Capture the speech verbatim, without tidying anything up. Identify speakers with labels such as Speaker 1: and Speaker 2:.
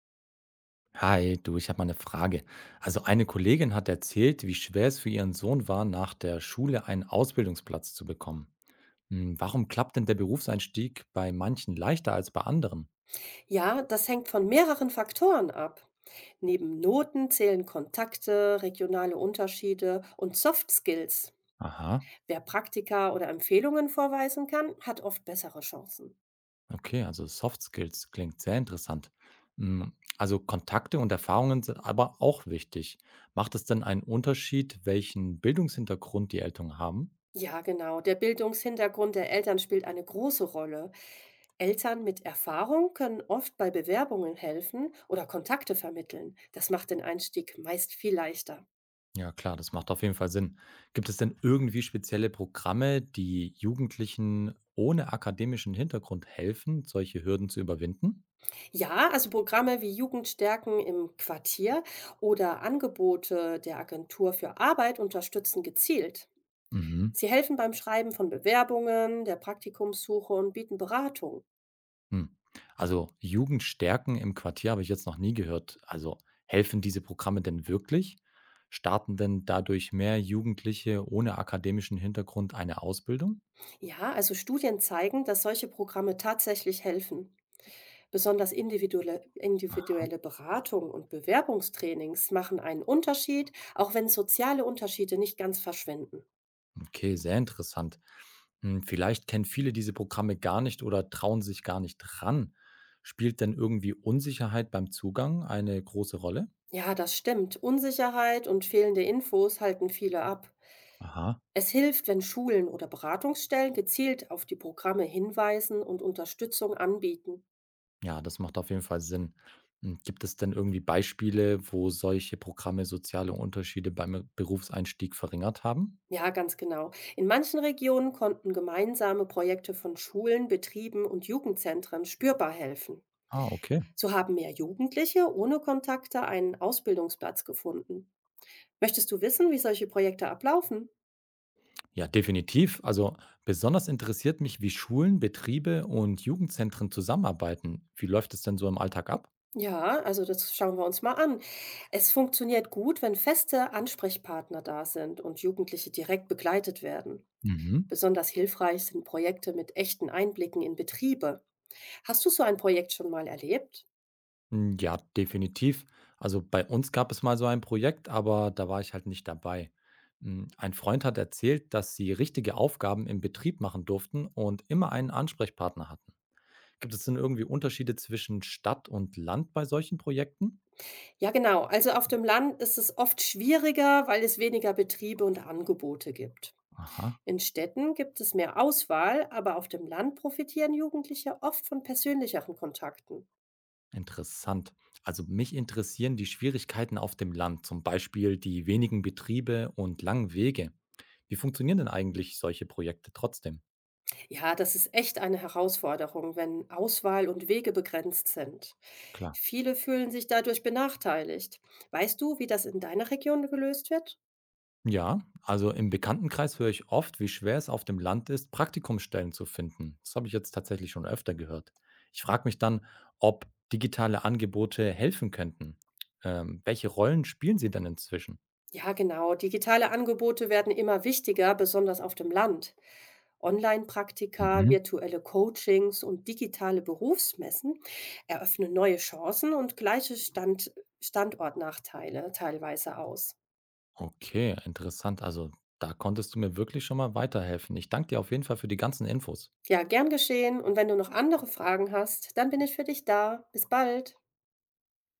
Speaker 1: Hi, du, ich habe mal eine Frage. Also eine Kollegin hat erzählt, wie schwer es für ihren Sohn war, nach der Schule einen Ausbildungsplatz zu bekommen. Hm, Warum klappt denn der Berufseinstieg bei manchen leichter als bei anderen?
Speaker 2: Ja, das hängt von mehreren Faktoren ab. Neben Noten zählen Kontakte, regionale Unterschiede und Soft Skills.
Speaker 1: Aha,
Speaker 2: Wer Praktika oder Empfehlungen vorweisen kann, hat oft bessere Chancen.
Speaker 1: okay, also Soft Skills klingt sehr interessant. Hm, Also Kontakte und Erfahrungen sind aber auch wichtig. Macht es denn einen Unterschied, welchen Bildungshintergrund die Eltern haben?
Speaker 2: Ja, genau. Der Bildungshintergrund der Eltern spielt eine große Rolle. Eltern mit Erfahrung können oft bei Bewerbungen helfen oder Kontakte vermitteln. Das macht den Einstieg meist viel leichter.
Speaker 1: Ja klar, das macht auf jeden Fall Sinn. Gibt es denn irgendwie spezielle Programme, die Jugendlichen ohne akademischen Hintergrund helfen, solche Hürden zu überwinden?
Speaker 2: Ja, also Programme wie Jugendstärken im Quartier oder Angebote der Agentur für Arbeit unterstützen gezielt.
Speaker 1: Mhm.
Speaker 2: Sie helfen beim Schreiben von Bewerbungen, der Praktikumssuche und bieten Beratung.
Speaker 1: Hm. Also Jugendstärken im Quartier habe ich jetzt noch nie gehört. Also helfen diese Programme denn wirklich? Starten denn dadurch mehr Jugendliche ohne akademischen Hintergrund eine Ausbildung?
Speaker 2: Ja, also Studien zeigen, dass solche Programme tatsächlich helfen. Besonders individuelle,
Speaker 1: Ah.
Speaker 2: individuelle Beratung und Bewerbungstrainings machen einen Unterschied, auch wenn soziale Unterschiede nicht ganz verschwinden.
Speaker 1: Okay, sehr interessant. Hm, vielleicht kennen viele diese Programme gar nicht oder trauen sich gar nicht dran. Spielt denn irgendwie Unsicherheit beim Zugang eine große Rolle?
Speaker 2: Ja, das stimmt. Unsicherheit und fehlende Infos halten viele ab.
Speaker 1: Aha,
Speaker 2: Es hilft, wenn Schulen oder Beratungsstellen gezielt auf die Programme hinweisen und Unterstützung anbieten.
Speaker 1: ja, das macht auf jeden Fall Sinn. Hm, Gibt es denn irgendwie Beispiele, wo solche Programme soziale Unterschiede beim Berufseinstieg verringert haben?
Speaker 2: Ja, ganz genau. In manchen Regionen konnten gemeinsame Projekte von Schulen, Betrieben und Jugendzentren spürbar helfen.
Speaker 1: Ah, okay.
Speaker 2: So haben mehr Jugendliche ohne Kontakte einen Ausbildungsplatz gefunden. Möchtest du wissen, wie solche Projekte ablaufen?
Speaker 1: Ja, definitiv. Also besonders interessiert mich, wie Schulen, Betriebe und Jugendzentren zusammenarbeiten. Wie läuft es denn so im Alltag ab?
Speaker 2: Ja, also das schauen wir uns mal an. Es funktioniert gut, wenn feste Ansprechpartner da sind und Jugendliche direkt begleitet werden.
Speaker 1: Mhm.
Speaker 2: Besonders hilfreich sind Projekte mit echten Einblicken in Betriebe. Hast du so ein Projekt schon mal erlebt?
Speaker 1: Hm, ja, definitiv. Also, bei uns gab es mal so ein Projekt, aber da war ich halt nicht dabei. Hm, ein Freund hat erzählt, dass sie richtige Aufgaben im Betrieb machen durften und immer einen Ansprechpartner hatten. Gibt es denn irgendwie Unterschiede zwischen Stadt und Land bei solchen Projekten?
Speaker 2: Ja, genau. Also auf dem Land ist es oft schwieriger, weil es weniger Betriebe und Angebote gibt.
Speaker 1: Aha,
Speaker 2: In Städten gibt es mehr Auswahl, aber auf dem Land profitieren Jugendliche oft von persönlicheren Kontakten.
Speaker 1: interessant. Also mich interessieren die Schwierigkeiten auf dem Land, zum Beispiel die wenigen Betriebe und langen Wege. Wie funktionieren denn eigentlich solche Projekte trotzdem?
Speaker 2: Ja, das ist echt eine Herausforderung, wenn Auswahl und Wege begrenzt sind.
Speaker 1: Klar.
Speaker 2: Viele fühlen sich dadurch benachteiligt. Weißt du, wie das in deiner Region gelöst wird?
Speaker 1: Ja, also im Bekanntenkreis höre ich oft, wie schwer es auf dem Land ist, Praktikumsstellen zu finden. Das habe ich jetzt tatsächlich schon öfter gehört. Ich frage mich dann, ob digitale Angebote helfen könnten. Ähm, welche Rollen spielen sie denn inzwischen?
Speaker 2: Ja, genau. Digitale Angebote werden immer wichtiger, besonders auf dem Land. Online-Praktika,
Speaker 1: Mhm.
Speaker 2: virtuelle Coachings und digitale Berufsmessen eröffnen neue Chancen und gleiche Stand Standortnachteile teilweise aus.
Speaker 1: Okay, interessant. Also da konntest du mir wirklich schon mal weiterhelfen. Ich danke dir auf jeden Fall für die ganzen Infos.
Speaker 2: Ja, gern geschehen. Und wenn du noch andere Fragen hast, dann bin ich für dich da. Bis bald.